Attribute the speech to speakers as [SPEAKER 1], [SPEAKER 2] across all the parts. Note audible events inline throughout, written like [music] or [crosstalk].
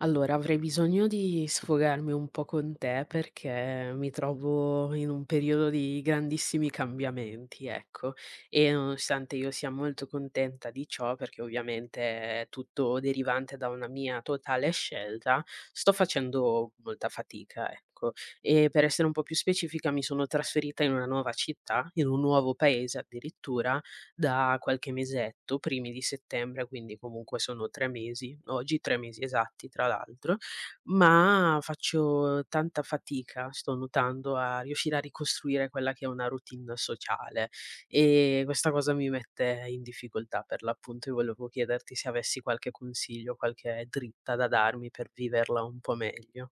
[SPEAKER 1] Allora, avrei bisogno di sfogarmi un po' con te perché mi trovo in un periodo di grandissimi cambiamenti, ecco. E nonostante io sia molto contenta di ciò, perché ovviamente è tutto derivante da una mia totale scelta, sto facendo molta fatica, ecco. E per essere un po' più specifica, mi sono trasferita in una nuova città, in un nuovo paese addirittura, da qualche mesetto, primi di settembre, quindi comunque sono 3 mesi, oggi 3 mesi esatti tra l'altro, ma faccio tanta fatica, sto notando, a riuscire a ricostruire quella che è una routine sociale e questa cosa mi mette in difficoltà per l'appunto e volevo chiederti se avessi qualche consiglio, qualche dritta da darmi per viverla un po' meglio.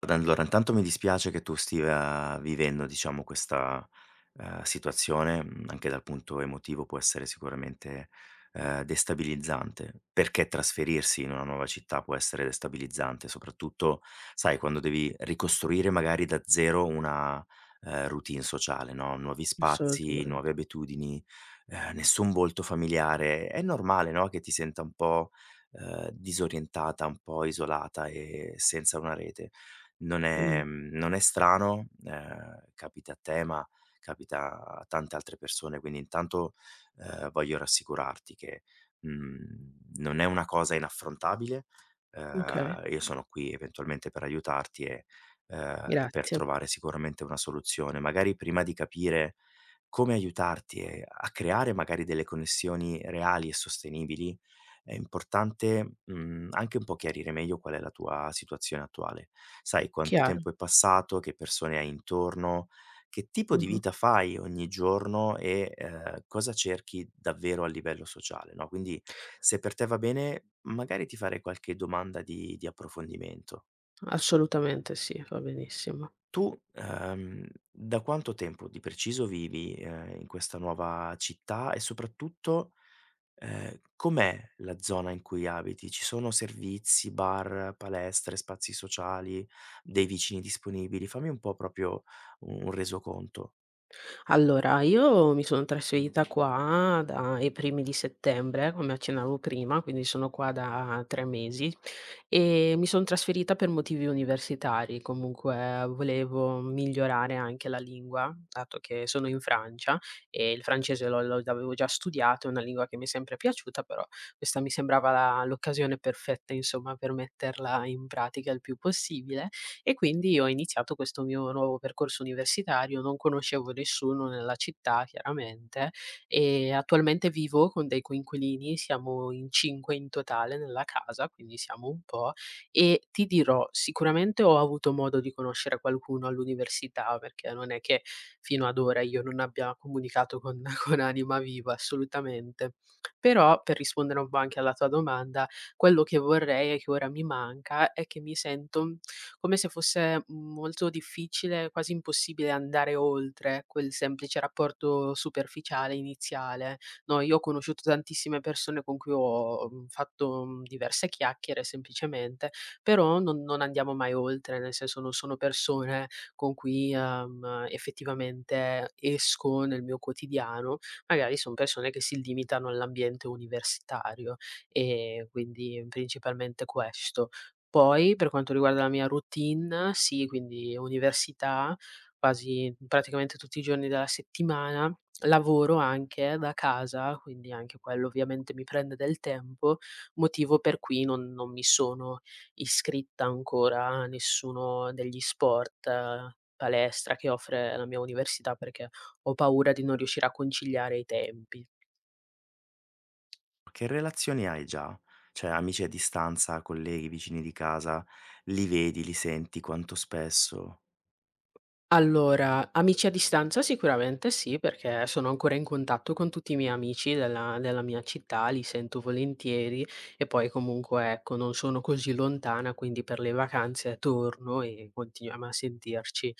[SPEAKER 2] Ad allora intanto mi dispiace che tu stia vivendo, diciamo, situazione, anche dal punto emotivo può essere sicuramente, destabilizzante, perché trasferirsi in una nuova città può essere destabilizzante, soprattutto, sai, quando devi ricostruire magari da zero una routine sociale, no, nuovi spazi,
[SPEAKER 1] Assolutamente.
[SPEAKER 2] nuove abitudini, nessun volto familiare. È normale, no, che ti senta un po' disorientata, un po' isolata e senza una rete.
[SPEAKER 1] Mh.
[SPEAKER 2] Non è strano, capita a te, ma capita a tante altre persone, quindi intanto, voglio rassicurarti che non è una cosa inaffrontabile.
[SPEAKER 1] Okay,
[SPEAKER 2] Io sono qui eventualmente per aiutarti e per
[SPEAKER 1] grazie.
[SPEAKER 2] trovare sicuramente una soluzione. Magari prima di capire come aiutarti e a creare magari delle connessioni reali e sostenibili è importante, anche un po' chiarire meglio qual è la tua situazione attuale. Sai quanto
[SPEAKER 1] Chiaro.
[SPEAKER 2] tempo è passato, che persone hai intorno, che tipo di
[SPEAKER 1] Mh-mh.
[SPEAKER 2] vita fai ogni giorno e cosa cerchi davvero a livello sociale, no, quindi se per te va bene, magari ti farei qualche domanda di approfondimento.
[SPEAKER 1] Assolutamente sì, va benissimo.
[SPEAKER 2] Da quanto tempo di preciso vivi in questa nuova città e soprattutto com'è la zona in cui abiti? Ci sono servizi, bar, palestre, spazi sociali, dei vicini disponibili? Fammi un po' proprio u un resoconto.
[SPEAKER 1] Allora, io mi sono trasferita qua dai primi di settembre, come accennavo prima, quindi sono qua da 3 mesi. E mi son trasferita per motivi universitari, comunque volevo migliorare anche la lingua, dato che sono in Francia e il francese l'avevo già studiato, è una lingua che mi è sempre piaciuta, però questa mi sembrava la l'occasione perfetta insomma per metterla in pratica il più possibile e quindi ho iniziato questo mio nuovo percorso universitario, non conoscevo nessuno nella città chiaramente e attualmente vivo con dei coinquilini, siamo in 5 in totale nella casa, quindi siamo un po', e ti dirò, sicuramente ho avuto modo di conoscere qualcuno all'università, perché non è che fino ad ora io non abbia comunicato con [laughs] con anima viva, assolutamente. Però, per rispondere un po' anche alla tua domanda, quello che vorrei e che ora mi manca è che mi sento come se fosse molto difficile, quasi impossibile andare oltre quel semplice rapporto superficiale iniziale, no, io ho conosciuto tantissime persone con cui ho, fatto, diverse chiacchiere semplicemente, però non andiamo mai oltre, nel senso non sono persone con cui, effettivamente esco nel mio quotidiano, magari son persone che si limitano all'ambiente universitario, quindi principalmente questo. Poi, per quanto riguarda la mia routine, sì, quindi università, quasi praticamente tutti i giorni della settimana, lavoro anche da casa, quindi anche quello ovviamente mi prende del tempo, motivo per cui non mi sono iscritta ancora a nessuno degli sport, palestra che offre la mia università, perché ho paura di non riuscire a conciliare i tempi.
[SPEAKER 2] Che relazioni hai già? Cioè amici a distanza, colleghi, vicini di casa, li vedi, li senti, quanto spesso?
[SPEAKER 1] Allora, amici a distanza sicuramente sì, perché sono ancora in contatto con tutti i miei amici della mia città, li sento volentieri e poi comunque ecco, non sono così lontana, quindi per le vacanze torno e continuiamo a sentirci.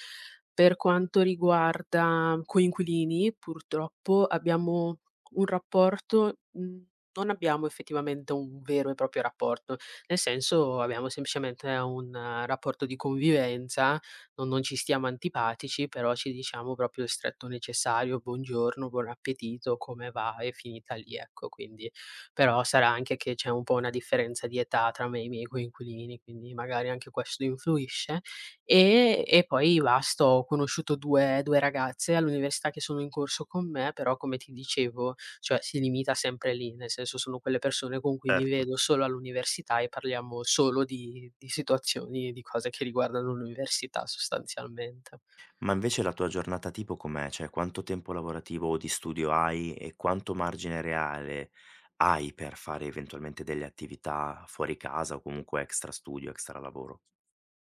[SPEAKER 1] Per quanto riguarda coinquilini, purtroppo abbiamo un rapporto, non abbiamo effettivamente un vero e proprio rapporto, nel senso abbiamo semplicemente un rapporto di convivenza non ci stiamo antipatici, però ci diciamo proprio il stretto necessario, buongiorno, buon appetito, come va, è finita lì, ecco. Quindi però sarà anche che c'è un po' una differenza di età tra me e i miei coinquilini, quindi magari anche questo influisce. E poi basta, ho conosciuto 2 ragazze all'università che sono in corso con me, però come ti dicevo, cioè si limita sempre lì, nel senso sono quelle persone con cui mi
[SPEAKER 2] Certo.
[SPEAKER 1] vedo solo all'università e parliamo solo di situazioni e di cose che riguardano l'università sostanzialmente.
[SPEAKER 2] Ma invece la tua giornata tipo com'è? Cioè quanto tempo lavorativo o di studio hai e quanto margine reale hai per fare eventualmente delle attività fuori casa o comunque extra studio, extra lavoro?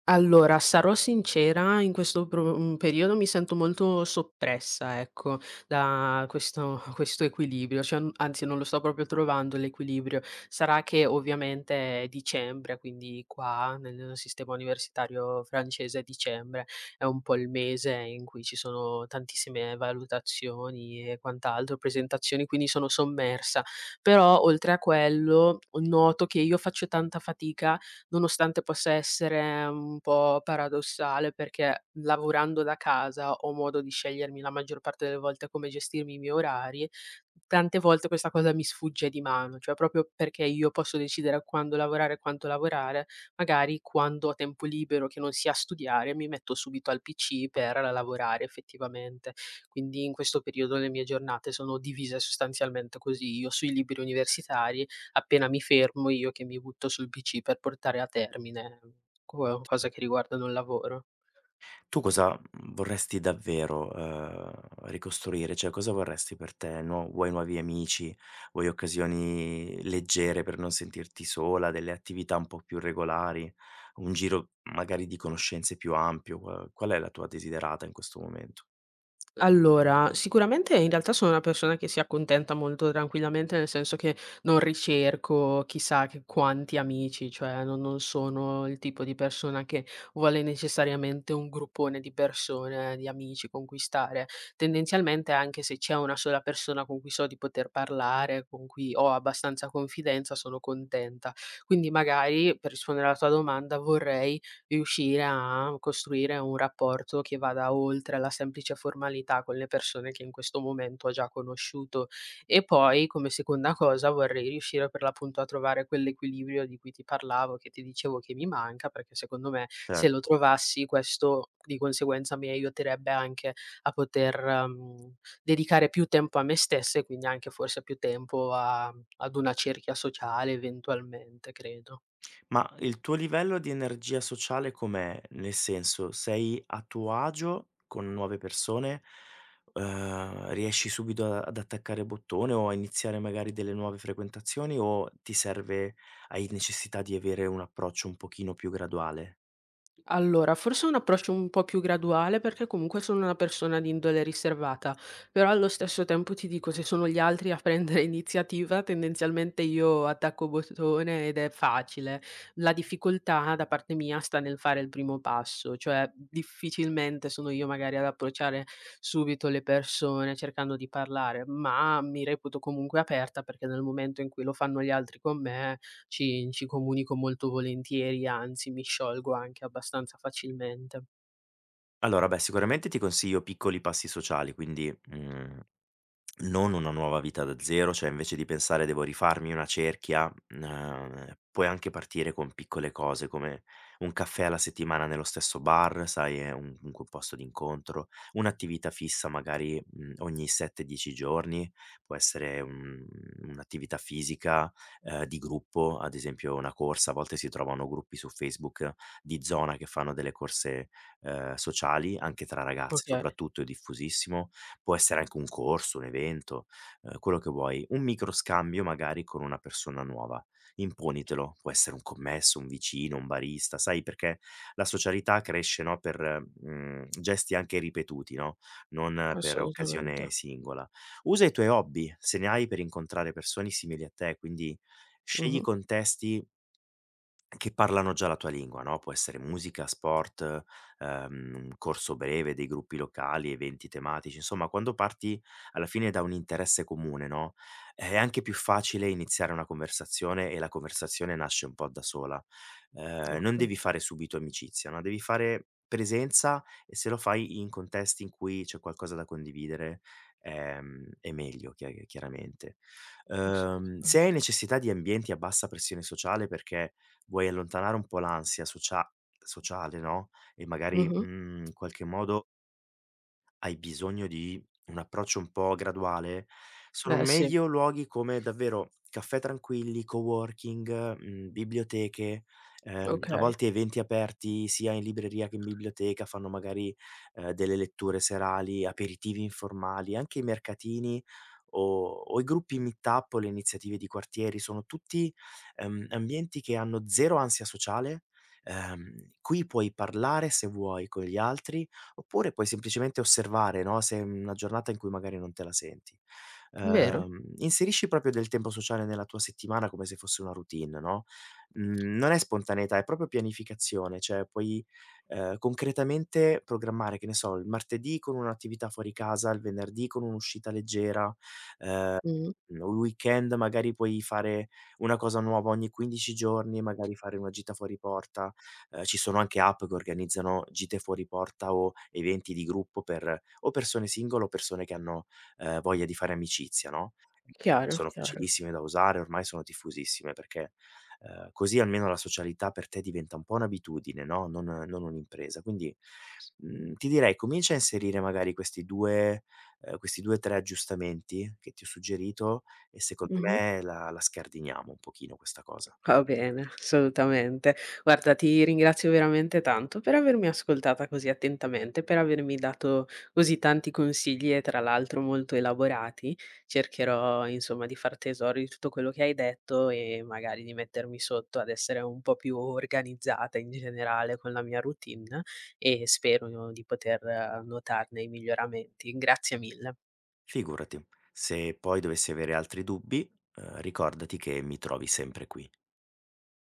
[SPEAKER 1] Allora, sarò sincera, in questo periodo mi sento molto soppressa, ecco, da questo [laughs] questo equilibrio, cioè n anzi non lo sto proprio trovando l'equilibrio. Sarà che ovviamente è dicembre, quindi qua nel sistema universitario francese dicembre è un po' il mese in cui ci sono tantissime valutazioni e quant'altro, presentazioni, quindi sono sommersa. Però oltre a quello, noto che io faccio tanta fatica nonostante possa essere un po' paradossale, perché lavorando da casa ho modo di scegliermi la maggior parte delle volte come gestirmi i miei orari, tante volte questa cosa mi sfugge di mano, cioè proprio perché io posso decidere quando lavorare e quanto lavorare, magari quando ho tempo libero che non sia studiare, mi metto subito al PC per lavorare effettivamente. Quindi in questo periodo le mie giornate sono divise sostanzialmente così, io sui libri universitari appena mi fermo io che mi butto sul PC per portare a termine co cosa che riguardano il lavoro.
[SPEAKER 2] Tu cosa vorresti davvero ricostruire? Cioè cosa vorresti per te? No, vuoi nuovi amici, vuoi occasioni leggere per non sentirti sola, delle attività un po' più regolari, un giro magari di conoscenze più ampio? Qual è la tua desiderata in questo momento?
[SPEAKER 1] Allora, sicuramente in realtà sono una persona che si accontenta molto tranquillamente, nel senso che non ricerco chissà che quanti amici, cioè non sono il tipo di persona che vuole necessariamente un gruppone di persone, di amici conquistare. Tendenzialmente anche se c'è una sola persona con cui so di poter parlare, con cui ho abbastanza confidenza, sono contenta. Quindi magari, per rispondere alla tua domanda, vorrei riuscire a costruire un rapporto che vada oltre la semplice formalità con le persone che in questo momento ho già conosciuto. E poi, come seconda cosa, vorrei riuscire per l'appunto a trovare quell'equilibrio di cui ti parlavo, che ti dicevo che mi manca, perché secondo me se
[SPEAKER 2] Cer
[SPEAKER 1] lo trovassi questo di conseguenza mi aiuterebbe anche a poter dedicare più tempo a me stessa e quindi anche forse più tempo ad una cerchia sociale eventualmente, credo.
[SPEAKER 2] Ma il tuo livello di energia sociale com'è? Nel senso, sei a tuo agio con nuove persone? Riesci subito a ad attaccare bottone o a iniziare magari delle nuove frequentazioni o ti serve hai necessità di avere un approccio un pochino più graduale?
[SPEAKER 1] Allora, forse un approccio un po' più graduale perché comunque sono una persona di indole riservata, però allo stesso tempo ti dico, se sono gli altri a prendere [laughs] iniziativa, tendenzialmente io attacco bottone ed è facile. La difficoltà da parte mia sta nel fare il primo passo, cioè difficilmente sono io magari ad approcciare subito le persone cercando di parlare, ma mi reputo comunque aperta perché nel momento in cui lo fanno gli altri con me ci comunico molto volentieri, anzi mi sciolgo anche abbastanza facilmente.
[SPEAKER 2] Allora, beh, sicuramente ti consiglio piccoli passi sociali, quindi, mhmm Non una nuova vita da zero, cioè invece di pensare: "Devo rifarmi una cerchia", puoi anche partire con piccole cose, come un caffè alla settimana nello stesso bar, sai, è un comunque un posto d'incontro, un'attività fissa magari, ogni 7, 10 giorni, può essere un'attività fisica, di gruppo, ad esempio una corsa, a volte si trovano gruppi su Facebook di zona che fanno delle corse, sociali, anche tra ragazzi
[SPEAKER 1] Okay,
[SPEAKER 2] soprattutto è diffusissimo, può essere anche un corso, un evento, quello che vuoi, un micro scambio magari con una persona nuova. Imponitelo, può essere un commesso, un vicino, un barista, sai, perché la socialità cresce, no, per gesti anche ripetuti, no, non per
[SPEAKER 1] assolutamente.
[SPEAKER 2] occasione singola. Usa i tuoi hobby, se ne hai, per incontrare persone simili a te, quindi scegli
[SPEAKER 1] Mh-mh.
[SPEAKER 2] contesti che parlano già la tua lingua, no, può essere musica, sport, un corso breve, dei gruppi locali, eventi tematici, insomma quando parti alla fine da un interesse comune, no, è anche più facile iniziare una conversazione e la conversazione nasce un po' da sola. Non
[SPEAKER 1] Okay,
[SPEAKER 2] devi fare subito amicizia, no, devi fare presenza e se lo fai in contesti in cui c'è qualcosa da condividere, è meglio chiaramente. Se hai
[SPEAKER 1] assolutamente.
[SPEAKER 2] necessità di ambienti a bassa pressione sociale perché vuoi allontanare un po' l'ansia sociale, no, e magari,
[SPEAKER 1] Mh-mh.
[SPEAKER 2] mhmm, in qualche modo hai bisogno di un approccio un po' graduale, sono
[SPEAKER 1] Eh sì,
[SPEAKER 2] meglio luoghi come davvero caffè tranquilli, coworking, biblioteche, a
[SPEAKER 1] okay.
[SPEAKER 2] volte eventi aperti sia in libreria che in biblioteca, fanno magari, delle letture serali, aperitivi informali, anche i mercatini o i gruppi meet-up o le iniziative di quartieri, sono tutti, ambienti che hanno 0 ansia sociale, qui puoi parlare se vuoi con gli altri, oppure puoi semplicemente osservare, no, se è una giornata in cui magari non te la senti.
[SPEAKER 1] Vero.
[SPEAKER 2] Inserisci proprio del tempo sociale nella tua settimana come se fosse una routine, no, non è spontaneità, è proprio pianificazione, cioè puoi concretamente programmare, che ne so, il martedì con un'attività fuori casa, il venerdì con un'uscita leggera, ehm,
[SPEAKER 1] Mh-mh.
[SPEAKER 2] un weekend magari puoi fare una cosa nuova ogni 15 giorni, magari fare una gita fuori porta. Ci sono anche app che organizzano gite fuori porta o eventi di gruppo per o persone singole o persone che hanno voglia di fare amicizia, no,
[SPEAKER 1] Chiaro,
[SPEAKER 2] sono
[SPEAKER 1] chiaro.
[SPEAKER 2] facilissime da usare, ormai sono diffusissime perché così almeno la socialità per te diventa un po' un'abitudine, no, non un'impresa. Quindi, ti direi comincia a inserire magari questi 2, 3 aggiustamenti che ti ho suggerito e secondo
[SPEAKER 1] Mh-mh.
[SPEAKER 2] me la scardiniamo un pochino questa cosa.
[SPEAKER 1] Va bene, assolutamente. Guarda, ti ringrazio veramente tanto per avermi ascoltata così attentamente, per avermi dato così tanti consigli e tra l'altro molto elaborati. Cercherò, insomma, di far tesoro di tutto quello che hai detto e magari di mettermi sotto ad essere un po' più organizzata in generale con la mia routine e spero di poter notarne i miglioramenti. Grazie mille.
[SPEAKER 2] Figurati, se poi dovessi avere altri dubbi, ricordati che mi trovi sempre qui.